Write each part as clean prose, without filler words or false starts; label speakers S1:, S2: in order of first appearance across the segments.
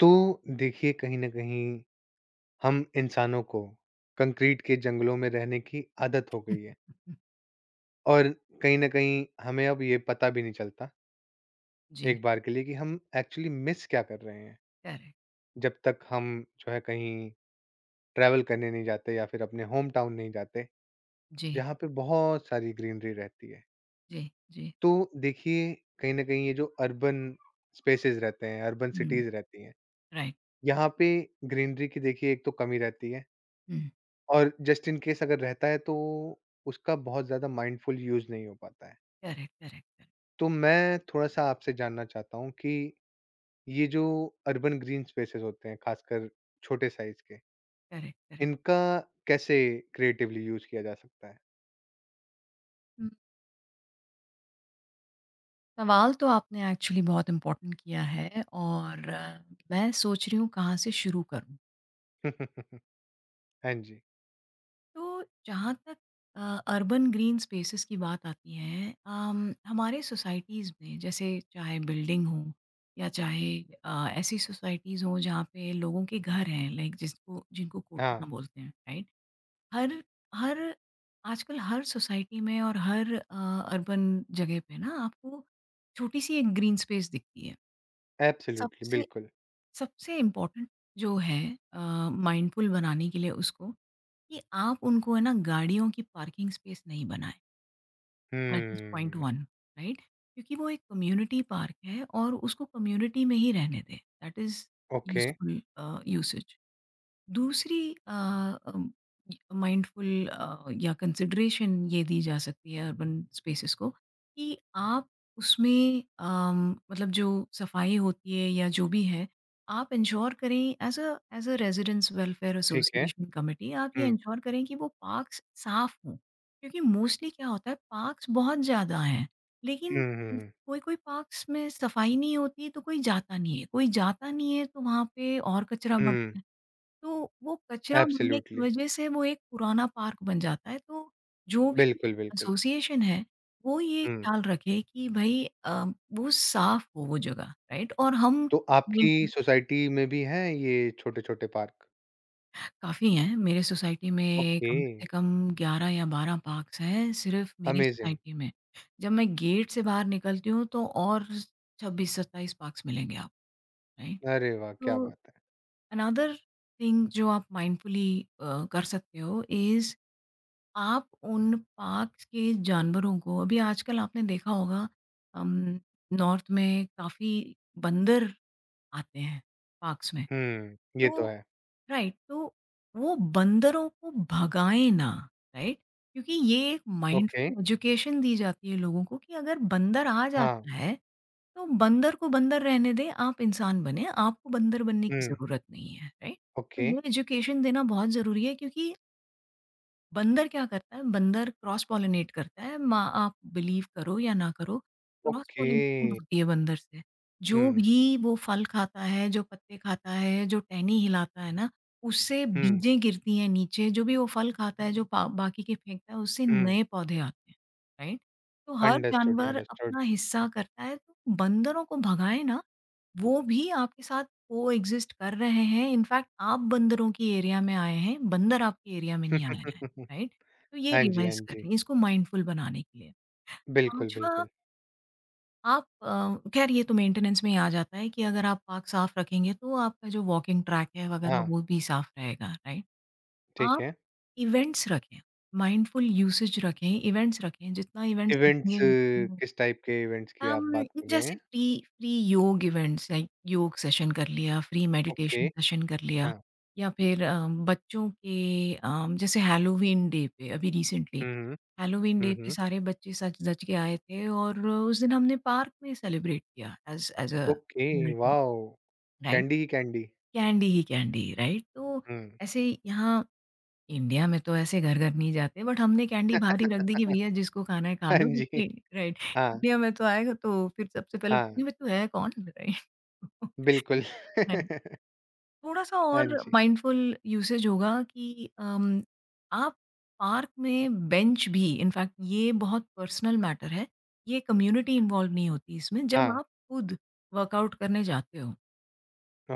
S1: तो देखिए कहीं ना कहीं हम इंसानों को कंक्रीट के जंगलों में रहने की आदत हो गई है और कहीं ना कहीं हमें अब ये पता भी नहीं चलता
S2: जी,
S1: एक बार के लिए कि हम एक्चुअली मिस क्या कर रहे हैं
S2: करेक्ट,
S1: जब तक हम जो है कहीं ट्रैवल करने नहीं जाते या फिर अपने होम टाउन नहीं जाते
S2: जी,
S1: जहाँ पे बहुत सारी ग्रीनरी रहती है।
S2: जी, जी,
S1: तो देखिए कहीं ना कहीं ये जो अर्बन स्पेसेस रहते हैं अर्बन
S2: हुँ,
S1: सिटीज रहती हैं,
S2: राइट,
S1: यहाँ पे ग्रीनरी की देखिए एक तो कमी रहती है
S2: हुँ,
S1: और जस्ट इन केस अगर रहता है तो उसका बहुत ज़्यादा माइंडफुल यूज़ नहीं हो पाता है।
S2: करेक्ट, करेक्ट, करेक्ट,
S1: तो मैं थोड़ा-सा आपसे जानना चाहता हूँ कि ये जो अर्बन ग्रीन स्पेसेस होते हैं, खासकर छोटे साइज़ के,
S2: करेक्ट, करेक्ट।
S1: इनका कैसे क्रिएटिवली यूज़ किया जा सकता है?
S2: हुँ, सवाल तो आपने एक्चुअली बहुत इम्पोर्टेंट किया है और मैं सोच रही हूँ कहाँ से शुरू करूँ।
S1: हाँ जी।
S2: तो जहाँ तक अ, अर्बन ग्रीन स्पेसेस की बात आती है हमारे सोसाइटीज़ में जैसे चाहे बिल्डिंग हो या चाहे ऐसी सोसाइटीज़ हों जहाँ पे लोगों के घर हैं लाइक जिसको जिनको
S1: हाँ,
S2: कोठियाँ बोलते हैं, राइट? हर हर आजकल हर सोसाइटी में और हर अर्बन जगह पे ना आपको छोटी सी एक ग्रीन स्पेस दिखती है।
S1: एब्सोल्युटली,
S2: सबसे
S1: बिल्कुल।
S2: सबसे इम्पोर्टेंट जो है माइंडफुल बनाने के लिए उसको कि आप उनको है ना गाड़ियों की पार्किंग स्पेस नहीं बनाएं। That is point
S1: hmm,
S2: one, right? क्योंकि वो एक कम्युनिटी पार्क है और उसको कम्युनिटी में ही रहने दें, that is
S1: okay,
S2: useful usage. दूसरी, अ, अम, माइंडफुल या कंसिडरेशन ये दी जा सकती है अर्बन स्पेसेस को कि आप उसमें मतलब जो सफाई होती है या जो भी है, आप इंश्योर करें एज़ अ रेज़िडेंट्स वेलफेयर
S1: ठीक है।
S2: Association committee. आप
S1: हुँ,
S2: ये
S1: हुँ,
S2: इंश्योर करें कि वो पार्क्स साफ़ हों। क्योंकि मोस्टली क्या होता है, पार्क्स बहुत ज़्यादा हैं, लेकिन
S1: हुँ, हुँ,
S2: कोई-कोई पार्क्स में सफाई नहीं होती तो कोई जाता नहीं है, कोई जाता नहीं है तो वहाँ पे और कचरा
S1: हुँ,
S2: बढ़ता है। तो वो कचरा मढ़ने की
S1: एब्सोल्युटली,
S2: वजह से वो एक पुराना पार्क बन जाता है। तो जो भी
S1: बिल्कुल, बिल्कुल।
S2: एसोसिएशन है, वो ये
S1: हुँ,
S2: ख़्याल रखे कि भई वो साफ़ हो वो जगह, राइट? और हम
S1: तो आपकी
S2: मेंटेन-
S1: सोसाइटी में भी हैं ये छोटे-छोटे पार्क?
S2: काफ़ी हैं, मेरे सोसाइटी में
S1: ओके।
S2: कम से कम 11 या 12 पार्क्स हैं सिर्फ़ मेरी
S1: अमेज़िंग!
S2: सोसाइटी में। जब मैं गेट से बाहर निकलती हूँ तो और 26-27 पार्क्स मिलेंगे आप, राइट?
S1: अरे वाह! क्या
S2: तो
S1: बात है।
S2: अनदर थिंग जो आप माइंडफुली कर सकते हो इज़, आप उन पार्क्स के जानवरों को अभी आजकल आपने देखा होगा, अम, नॉर्थ में काफ़ी बंदर आते हैं पार्क्स में।
S1: हुँ, ये
S2: तो
S1: तो है।
S2: राइट, तो वो बंदरों को भगाएँ ना, राइट? क्योंकि ये एक
S1: ओके,
S2: माइंडफुल एजुकेशन दी जाती है लोगों को कि अगर बंदर आ
S1: हाँ,
S2: जाता है, तो बंदर को बंदर रहने दें, आप इंसान बनें, आपको बंदर बनने की
S1: हुँ,
S2: ज़रूरत नहीं है, राइट? तो
S1: ओके,
S2: ये एजुकेशन देना बहुत ज़रूरी है क्योंकि बंदर क्या करता है, बंदर क्रॉस पॉलिनेट करता है। मा आप बिलीव करो या ना करो, क्रॉस
S1: ओके।
S2: पॉलिनेशन होती है बंदर से। जो
S1: हुँ,
S2: भी वो फल खाता है, जो पत्ते खाता है, जो टहनी हिलाता है ना, उससे
S1: हुँ,
S2: बीजें गिरती हैं नीचे, जो भी वो फल खाता है, जो पा बाकी के फेंकता है, उससे
S1: हुँ।
S2: नए पौधे आते हैं, राइट? तो हर
S1: अंडरस्टूड,
S2: जानवर
S1: अंडरस्टूड।
S2: अपना हिस्सा करता है, तो बंदरों को भगाएँ ना, वो भी आपके साथ कोएग्ज़िस्ट कर रहे हैं। इनफैक्ट आप बंदरों की एरिया में आए हैं, बंदर आपके एरिया में नहीं आया है, राइट? तो ये
S1: हाँ जी, हाँ
S2: रिवाइज़
S1: जी।
S2: करें, इसको माइंडफुल बनाने के लिए।
S1: बिल्कुल,
S2: 5वां,
S1: बिल्कुल।
S2: आप ख़ैर ये तो मेंटेनेंस में ही आ जाता है कि अगर आप पार्क साफ़ रखेंगे तो आपका जो वॉकिंग ट्रैक है वगैरह
S1: हाँ,
S2: वो भी साफ़ रहेगा, राइट?
S1: ठीक
S2: आप
S1: है।
S2: इवेंट्स रखें, माइंडफुल यूसेज रखें, इवेंट्स रखें, जितना इवेंट्स
S1: इवेंट्स
S2: रखेंगे।
S1: किस टाइप के इवेंट्स की आप
S2: अम,
S1: बात कर रहे हैं?
S2: जैसे फ्री फ्री योग इवेंट्स लाइक योग सेशन कर लिया, फ्री
S1: ओके,
S2: मेडिटेशन सेशन कर लिया
S1: हाँ।
S2: या फिर बच्चों के, जैसे हैलोवीन डे पे अभी recently
S1: hmm, hmm,
S2: Halloween
S1: hmm,
S2: day पे
S1: हुँ।
S2: सारे बच्चे सज-धज के आए थे और उस दिन हमने पार्क में सेलिब्रेट किया as as a
S1: okay,
S2: community,
S1: wow!
S2: Right?
S1: Candy ही कैंडी।
S2: कैंडी ही कैंडी, राइट? तो
S1: हुँ,
S2: ऐसे यहाँ इंडिया में तो ऐसे घर-घर नहीं जाते, बट हमने कैंडी बाहर ही रख दी कि भैया जिसको खाना है खा
S1: हाँ
S2: लो
S1: जी।
S2: क्योंकि राइट
S1: हाँ,
S2: इंडिया में तो आएगा तो फिर सबसे पहले पूछेंगे
S1: हाँ,
S2: "भाई तू है कौन?" राइट।
S1: बिल्कुल।
S2: राइट, थोड़ा-सा
S1: हाँ
S2: और
S1: जी,
S2: माइंडफुल यूसेज होगा कि आप पार्क में बेंच भी, इनफैक्ट ये बहुत पर्सनल मैटर है, ये कम्युनिटी इन्वॉल्व नहीं होती इसमें जब
S1: हाँ,
S2: आप खुद वर्कआउट करने जाते हो।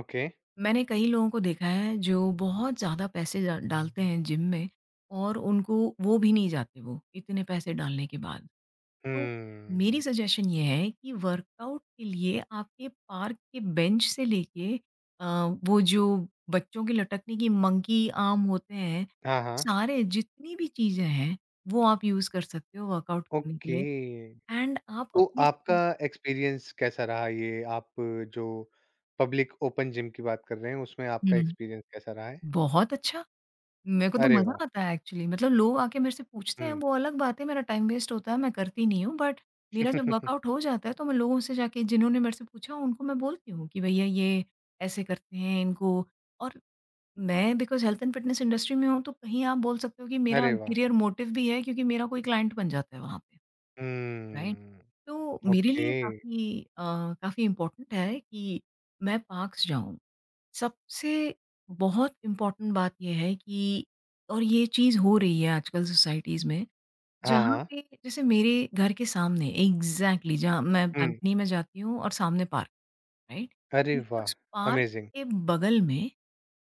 S1: ओके।
S2: मैंने कई लोगों को देखा है जो बहुत ज़्यादा पैसे डा डालते हैं जिम में और उनको वो भी नहीं जाते वो, इतने पैसे डालने के बाद। तो मेरी
S1: हुँ।
S2: सजेशन ये है कि वर्कआउट के लिए आपके पार्क के बेंच से लेके अ, वो जो बच्चों के लटकने की मंकी आर्म होते हैं,
S1: हाँ, हाँ।
S2: सारे जितनी भी चीज़ें हैं, वो आप यूज़ कर सकते हो वर्कआउट करने के
S1: ओके।
S2: लिए एंड आप
S1: तो
S2: अपने
S1: आपका
S2: स्किल्स।
S1: एक्सपीरियंस कैसा रहा, ये आप जो पब्लिक ओपन जिम की बात कर रहे हैं उसमें आपका
S2: हुँ,
S1: एक्सपीरियंस कैसा रहा है?
S2: बहुत अच्छा। मेरे को तो
S1: अरे
S2: मज़ा
S1: वाह!
S2: आता है एक्चुअली, मतलब लोग आके मेरे से पूछते हैं,
S1: हुँ।
S2: वो अलग बात है मेरा टाइम वेस्ट होता है, मैं करती नहीं हूँ, बट मेरा जब वर्कआउट हो जाता है तो मैं लोगों से जाके जिन्होंने मेरे से पूछा उनको मैं बोलती हूँ कि भैया ये ऐसे करते हैं इनको, और मैं because health and fitness industry में हूँ तो कहीं आप बोल सकते हो कि मेरा
S1: अरे वाह!
S2: अल्टीरियर मोटिव भी है क्योंकि मेरा कोई क्लाइंट बन जाता है वहाँ पे, राइट?
S1: हुँ।
S2: तो मेरे
S1: ओके।
S2: लिए काफ़ी काफ़ी इम्पोर्टेंट है कि मैं पार्क्स जाऊँ। सबसे बहुत इम्पोर्टेंट बात ये है कि, और ये चीज़ हो रही है आजकल सोसाइटीज़ में,
S1: हाँ,
S2: जहाँ
S1: हाँ।
S2: पे जैसे मेरे घर के सामने एग्ज़ैक्टली जहाँ मैं
S1: हुँ।
S2: बालकनी में जाती हूँ और सामने पार्क है, राइट?
S1: अरे
S2: तो
S1: वाह!
S2: उस पार्क
S1: अमेज़िंग।
S2: के बगल में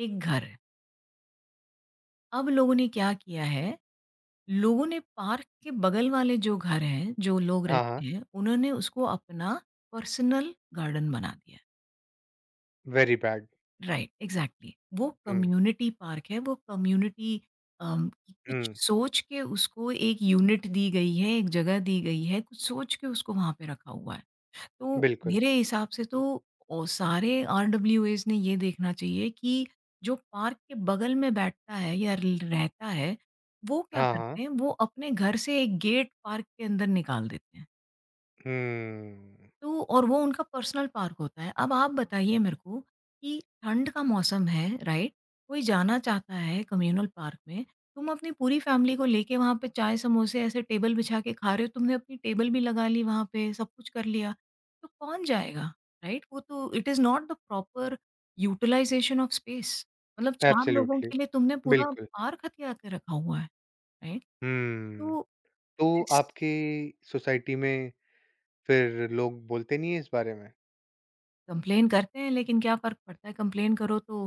S2: एक घर है। अब लोगों ने क्या किया है, लोगों ने पार्क के बगल वाले जो घर हैं, जो लोग
S1: हाँ,
S2: रहते
S1: हाँ।
S2: हैं, उन्होंने उसको अपना पर्सनल गार्डन बना दिया।
S1: Very bad.
S2: राइट एग्जैक्टली, वो
S1: हुँ,
S2: कम्युनिटी पार्क है, वो कम्युनिटी की
S1: हुँ।
S2: कुछ सोच के उसको एक यूनिट दी गई है, एक जगह दी गई है कुछ सोच के उसको वहां पे रखा हुआ है। तो
S1: बिल्कुल।
S2: मेरे हिसाब से तो सारे आर डब्ल्यू एज ने ये देखना चाहिए कि जो पार्क के बगल में बैठता है या रहता है वो क्या
S1: हाँ, हाँ।
S2: करते हैं, वो अपने घर से एक गेट पार्क के अंदर निकाल देते हैं,
S1: हुँ।
S2: तो और वो उनका पर्सनल पार्क होता है। अब आप बताइए मेरे को कि ठंड का मौसम है, राइट? कोई जाना चाहता है कम्युनल पार्क में, तुम अपनी पूरी फ़ैमिली को लेके वहाँ पे चाय-समोसे ऐसे टेबल बिछा के खा रहे हो, तुमने अपनी टेबल भी लगा ली वहाँ पे, सब कुछ कर लिया, तो कौन जाएगा, राइट? वो तो it is not the proper utilization of space. मतलब 4 लोगों
S1: एब्सोल्युटली।
S2: के लिए तुमने पूरा
S1: बिल्कुल।
S2: पार्क हथिया के रखा हुआ है, राइट?
S1: हुँ।
S2: तो
S1: तो
S2: इट्स,
S1: आपकी सोसाइटी में फिर लोग बोलते नहीं है इस बारे में?
S2: कंप्लेन करते हैं लेकिन क्या फ़र्क पड़ता है, कंप्लेन करो तो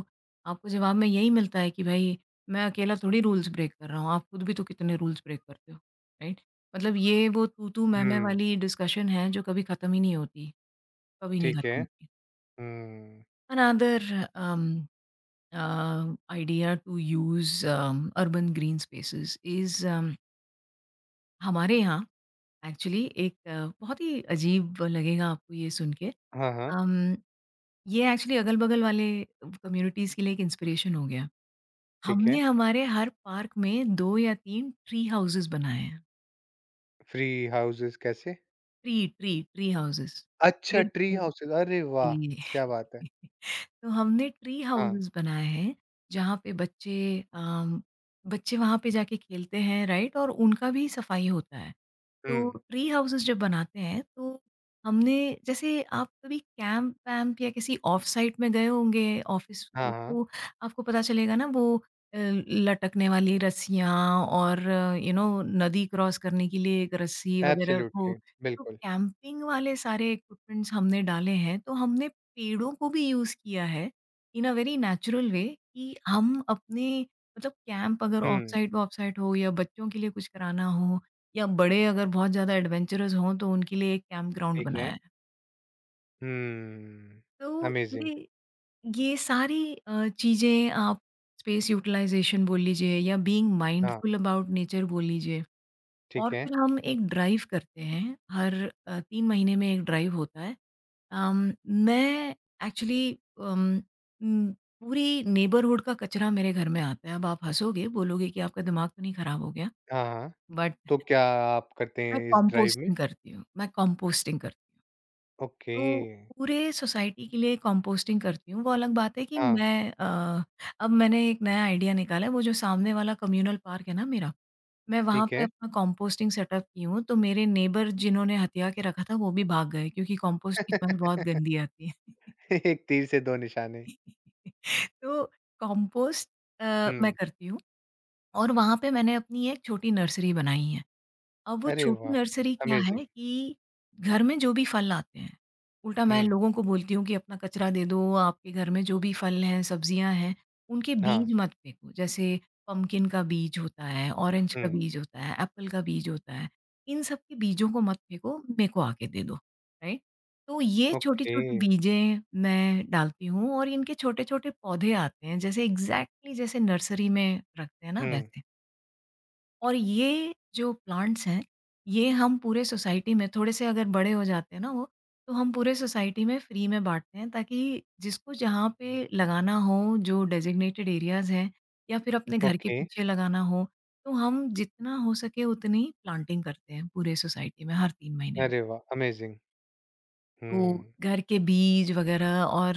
S2: आपको जवाब में यही मिलता है कि भाई मैं अकेला थोड़ी रूल्स ब्रेक कर रहा हूँ, आप खुद भी तो कितने रूल्स ब्रेक करते हो, राइट? मतलब ये वो तू-तू, मैं-मैं
S1: हुँ,
S2: वाली डिस्कशन है जो कभी ख़त्म ही नहीं होती, कभी नहीं
S1: ठीक है।
S2: ख़त्म होती।
S1: हुँ।
S2: Another um uh, idea to use urban green spaces is, हमारे यहाँ एक्चुअली एक, बहुत ही अजीब लगेगा आपको ये सुन के।
S1: हाँ, हाँ,
S2: अम ये एक्चुअली अगल-बगल वाले कम्युनिटीज़ के लिए एक इंस्पिरेशन हो गया।
S1: ठीक
S2: हमने
S1: है।
S2: हमारे हर पार्क में 2 या 3 ट्री हाउसेज़ बनाए हैं।
S1: फ्री हाउसेज़ कैसे?
S2: Tree houses.
S1: अच्छा,
S2: पेड़,
S1: ट्री हाउसेज़। अरे वाह!
S2: जी।
S1: क्या बात है।
S2: तो हमने ट्री
S1: हाँ,
S2: हाउसेस बनाए हैं जहाँ पे बच्चे, अम, बच्चे वहाँ पे जाके खेलते हैं राइट, और उनका भी सफाई होता है। तो
S1: हुँ।
S2: ट्री हाउसेस जब बनाते हैं तो हमने, जैसे आप कभी कैंप-वैम्प या किसी ऑफ साइट में गए होंगे ऑफिस
S1: हाँ,
S2: के,
S1: हाँ,
S2: तो आपको पता चलेगा ना वो लटकने वाली रस्सियाँ और यू नो नदी क्रॉस करने के लिए एक रस्सी वगैरह वो,
S1: एब्सोल्युटली,
S2: तो
S1: बिल्कुल।
S2: कैंपिंग वाले सारे इक्विपमेंट्स हमने डाले हैं। तो हमने पेड़ों को भी यूज़ किया है इन अ वेरी नेचुरल वे कि हम अपने, मतलब कैंप अगर off
S1: hmm,
S2: site off site हो या बच्चों के लिए कुछ कराना हो या बड़े अगर बहुत ज़्यादा एडवेंचरस हों तो उनके लिए एक कैंप ग्राउंड
S1: ठीक है।
S2: बनाया है।
S1: हुँ,
S2: तो
S1: अमेज़िंग।
S2: ये ये सारी चीज़ें आप स्पेस यूटिलाइजेशन बोल लीजिए या बीइंग
S1: हाँ,
S2: माइंडफुल अबाउट नेचर बोल लीजिए।
S1: ठीक
S2: और
S1: है।
S2: फिर हम एक ड्राइव करते हैं, हर 3 महीने में एक ड्राइव होता है। अम, मैं एक्चुअली, अम, उम, पूरी नेबरहुड का कचरा मेरे घर में आता है। अब आप हँसोगे, बोलोगे कि आपका दिमाग तो नहीं खराब हो गया?
S1: हाँ, हाँ,
S2: बट
S1: तो क्या आप करते
S2: मैं
S1: हैं इस ड्राइव में?
S2: कंपोस्टिंग करती हूँ, मैं कंपोस्टिंग करती हूँ।
S1: ओके,
S2: तो पूरे सोसाइटी के लिए कंपोस्टिंग करती हूँ। वो अलग बात है कि
S1: हाँ,
S2: मैं अब मैंने एक नया आइडिया निकाला है, वो जो सामने वाला कम्युनल पार्क है ना मेरा, मैं वहाँ
S1: ठीक
S2: पे
S1: है।
S2: अपना कंपोस्टिंग सेटअप की हूँ, तो मेरे नेबर जिन्होंने हथिया के रखा था वो भी भाग गए क्योंकि कंपोस्ट की स्मेल बहुत गंदी आती है।
S1: एक तीर से दो निशाने।
S2: तो कंपोस्ट अ, मैं
S1: हुँ,
S2: करती हूँ और वहाँ पे मैंने अपनी एक छोटी नर्सरी बनाई है। अब वो
S1: अरे
S2: छोटी
S1: वाह!
S2: नर्सरी क्या
S1: अमेज़िंग।
S2: है कि घर में जो भी फल आते हैं, उल्टा मैं
S1: हुँ,
S2: लोगों को बोलती हूँ कि अपना कचरा दे दो, आपके घर में जो भी फल हैं, सब्जियाँ हैं, उनके
S1: हाँ,
S2: बीज मत फेंको। जैसे पम्पकिन का बीज होता है, ऑरेंज का
S1: हुँ।
S2: बीज होता है, एप्पल का बीज होता है, इन सब के बीजों को मत फेंको, मेरे को आके दे दो, राइट? तो ये
S1: ओके,
S2: छोटी-छोटी बीजें मैं डालती हूँ और इनके छोटे-छोटे पौधे आते हैं, जैसे एग्ज़ैक्टली जैसे नर्सरी में रखते हैं ना,
S1: हुँ,
S2: वैसे। और ये जो प्लांट्स हैं, ये हम पूरे सोसाइटी में थोड़े से अगर बड़े हो जाते हैं ना वो, तो हम पूरे सोसाइटी में फ्री में बाँटते हैं ताकि जिसको जहाँ पे लगाना हो, जो डेज़िग्नेटेड एरियाज़ हैं या फिर अपने घर के
S1: ओके।
S2: पीछे लगाना हो, तो हम जितना हो सके उतनी प्लांटिंग करते हैं पूरे सोसाइटी में हर 3 महीने में।
S1: अरे वाह! अमेज़िंग।
S2: तो
S1: हुँ,
S2: घर के बीज वग़ैरह और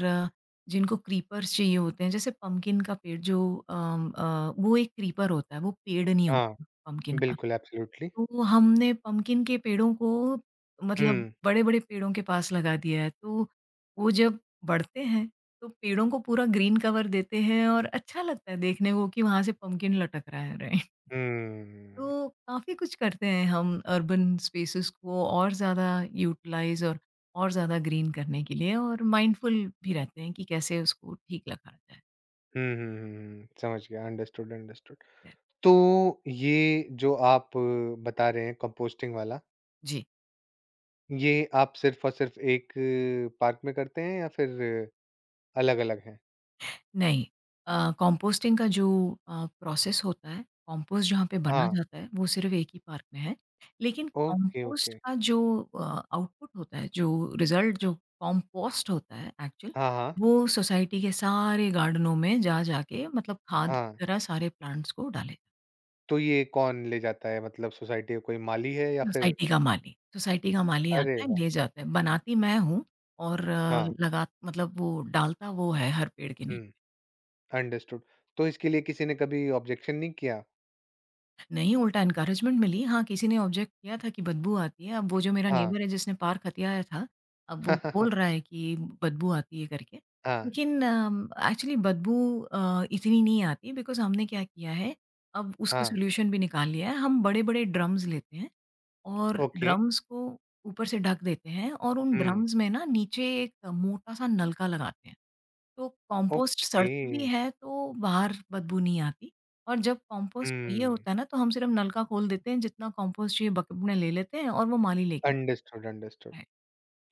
S2: जिनको क्रीपर्स चाहिए होते हैं, जैसे पम्पकिन का पेड़ जो वो एक क्रीपर होता है, वो पेड़ नहीं
S1: हाँ,
S2: होता पम्पकिन का।
S1: बिल्कुल एब्सोल्युटली।
S2: तो हमने पम्पकिन के पेड़ों को मतलब
S1: हुँ,
S2: बड़े-बड़े पेड़ों के पास लगा दिया है, तो वो जब बढ़ते हैं, तो पेड़ों को पूरा ग्रीन कवर देते हैं और अच्छा लगता है देखने को कि वहाँ से पम्पकिन लटक रहा है, राइट?
S1: हुँ।
S2: तो काफ़ी कुछ करते हैं हम अर्बन स्पेसेस को और ज़्यादा यूटिलाइज़ और ज़्यादा ग्रीन करने के लिए और माइंडफुल भी रहते हैं कि कैसे उसको ठीक रखा जाए।
S1: हुँ, हुँ, हुँ, हुँ। समझ गया, अंडरस्टूड, अंडरस्टूड। तो ये जो आप बता रहे हैं कंपोस्टिंग वाला,
S2: जी।
S1: ये आप सिर्फ़ और सिर्फ़ एक पार्क में करते हैं या फिर अलग-अलग हैं?
S2: नहीं। कंपोस्टिंग का जो प्रोसेस होता है, कंपोस्ट जहाँ पे बना
S1: हाँ,
S2: जाता है, वो सिर्फ़ एक ही पार्क में है। लेकिन
S1: ओके,
S2: कंपोस्ट
S1: ओके।
S2: का जो अ, आउटपुट होता है, जो रिज़ल्ट जो कंपोस्ट होता है एक्चुअल,
S1: हाँ, हाँ,
S2: वो सोसाइटी के सारे गार्डनों में जा-जा के मतलब खाद की
S1: हाँ।
S2: तरह सारे प्लांट्स को डाले।
S1: तो ये कौन ले जाता है, मतलब सोसाइटी का कोई माली है या फिर
S2: सोसाइटी का माली
S1: अरे
S2: आता है,
S1: वाह!
S2: ले जाता है। बनाती मैं हूँ और
S1: हाँ,
S2: लगा मतलब वो डालता वो है हर पेड़ के
S1: हुँ।
S2: नीचे।
S1: अंडरस्टूड। तो इसके लिए किसी ने कभी ऑब्जेक्शन नहीं किया?
S2: नहीं, उल्टा एनकरेजमेंट मिली। हाँ, किसी ने ऑब्जेक्ट किया था कि बदबू आती है। अब वो जो मेरा
S1: हाँ।
S2: नेबर है जिसने पार खतियाया था, अब वो बोल रहा है कि बदबू आती है करके।
S1: हाँ,
S2: लेकिन एक्चुअली बदबू इतनी नहीं आती बिकॉज़ हमने क्या किया है, अब उसका
S1: हाँ।
S2: सॉल्यूशन भी निकाल लिया है। हम बड़े-बड़े ड्रम्स लेते हैं और
S1: ओके।
S2: ड्रम्स को ऊपर से ढक देते हैं और उन
S1: हुँ।
S2: ड्रम्स में ना नीचे एक मोटा-सा नलका लगाते हैं। तो कॉम्पोस्ट
S1: ओके।
S2: सड़ता भी है तो बाहर बदबू नहीं आती और जब कॉम्पोस्ट चाहिए
S1: हुँ।
S2: होता है ना तो हम सिर्फ़ नल का खोल देते हैं जितना कॉम्पोस्ट चाहिए बकेट में ले लेते हैं और वो माली लेके
S1: अंडरस्टूड, अंडरस्टूड।
S2: जाता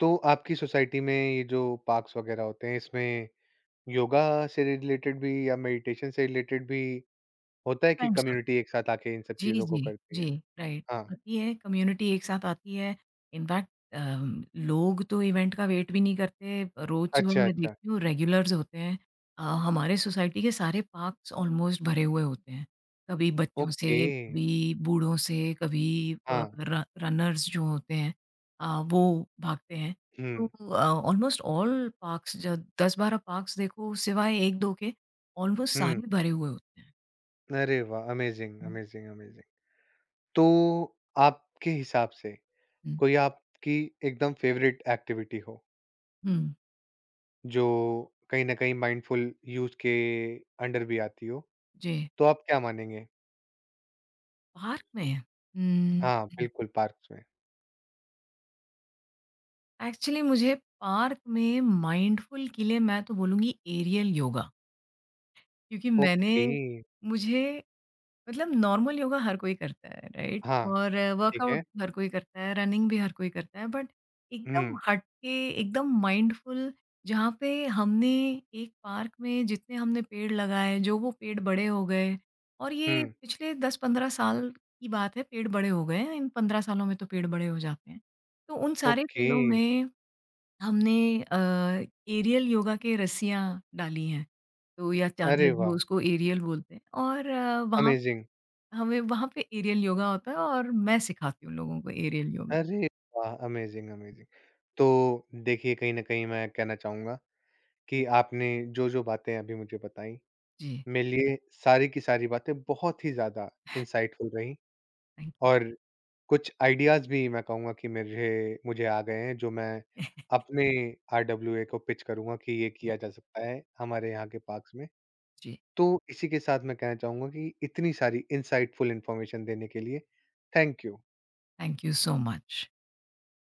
S1: तो आपकी सोसाइटी में ये जो पार्क्स वगैरह होते हैं, इसमें योगा से रिलेटेड भी या मेडिटेशन से रिलेटेड भी होता है कि
S2: है।
S1: कम्युनिटी एक साथ आके इन सब
S2: जी,
S1: चीज़ों को
S2: जी,
S1: करती
S2: जी,
S1: है?
S2: राइट।
S1: हाँ।
S2: आती है, कम्युनिटी एक साथ आती है। इनफैक्ट लोग तो इवेंट का वेट भी नहीं करते। रोज़ सुबह
S1: अच्छा,
S2: मैं
S1: अच्छा।
S2: देखती हूँ रेगुलर्स होते हैं। हमारे सोसाइटी के सारे पार्क्स ऑलमोस्ट भरे हुए होते हैं। कभी बच्चों से,
S1: ओके।
S2: कभी बूढ़ों से, कभी अ,
S1: हाँ।
S2: र रनर्स जो होते हैं, वो भागते हैं। तो
S1: हुँ,
S2: ऑलमोस्ट ऑल पार्क्स ज 10-12 पार्क्स देखो सिवाय 1-2 के, ऑलमोस्ट
S1: हुँ।
S2: सारे भरे हुए होते हैं।
S1: अरे वाह! Amazing,
S2: hmm,
S1: amazing, amazing. तो आपके हिसाब से
S2: हुँ,
S1: कोई आपकी एकदम फेवरेट एक्टिविटी हो
S2: हुँ,
S1: जो कहीं ना कहीं माइंडफुल यूज के अंडर भी आती हो,
S2: जी।
S1: तो आप क्या मानेंगे?
S2: पार्क में? उम,
S1: हाँ, बिल्कुल पार्क्स में।
S2: एक्चुअली मुझे पार्क में माइंडफुल के लिए मैं तो बोलूँगी एरियल योगा क्योंकि मैंने
S1: ओके।
S2: मुझे मतलब नॉर्मल योगा हर कोई करता है, राइट?
S1: हाँ,
S2: और
S1: ठीक है।
S2: वर्कआउट हर कोई करता है, रनिंग भी हर कोई करता है, बट एकदम
S1: हम्म।
S2: हट के, एकदम माइंडफुल जहाँ पे हमने एक पार्क में जितने हमने पेड़ लगाए, जो वो पेड़ बड़े हो गए और ये
S1: हम्म।
S2: पिछले 10-15 साल की बात है, पेड़ बड़े हो गए हैं। इन 15 सालों में तो पेड़ बड़े हो जाते हैं। तो उन सारे
S1: ओके।
S2: पेड़ों में हमने अ, एरियल योगा के रस्सियाँ डाली हैं, तो या चादर
S1: अरे वाह!
S2: जो उसको एरियल बोलते हैं और वहाँ
S1: अमेजिंग।
S2: हमें वहाँ पे एरियल योगा होता है और मैं सिखाती हूँ लोगों को एरियल योगा।
S1: अरे वाह! Amazing, amazing. तो देखिए कहीं ना कहीं मैं कहना चाहूंगा कि आपने जो जो बातें अभी मुझे बताई,
S2: जी,
S1: मेरे लिए सारी की सारी बातें बहुत ही ज्यादा इंसाइटफुल रही,
S2: थैंक यू।
S1: और कुछ आइडियाज़ भी मैं कहूँगा कि मुझे मुझे आ गए हैं, जो मैं अपने RWA को पिच करूँगा कि ये किया जा सकता है हमारे यहाँ के पार्क्स में।
S2: जी,
S1: तो इसी के साथ मैं कहना चाहूँगा कि इतनी सारी इनसाइटफुल इन्फॉर्मेशन देने के लिए thank you.
S2: Thank you so much.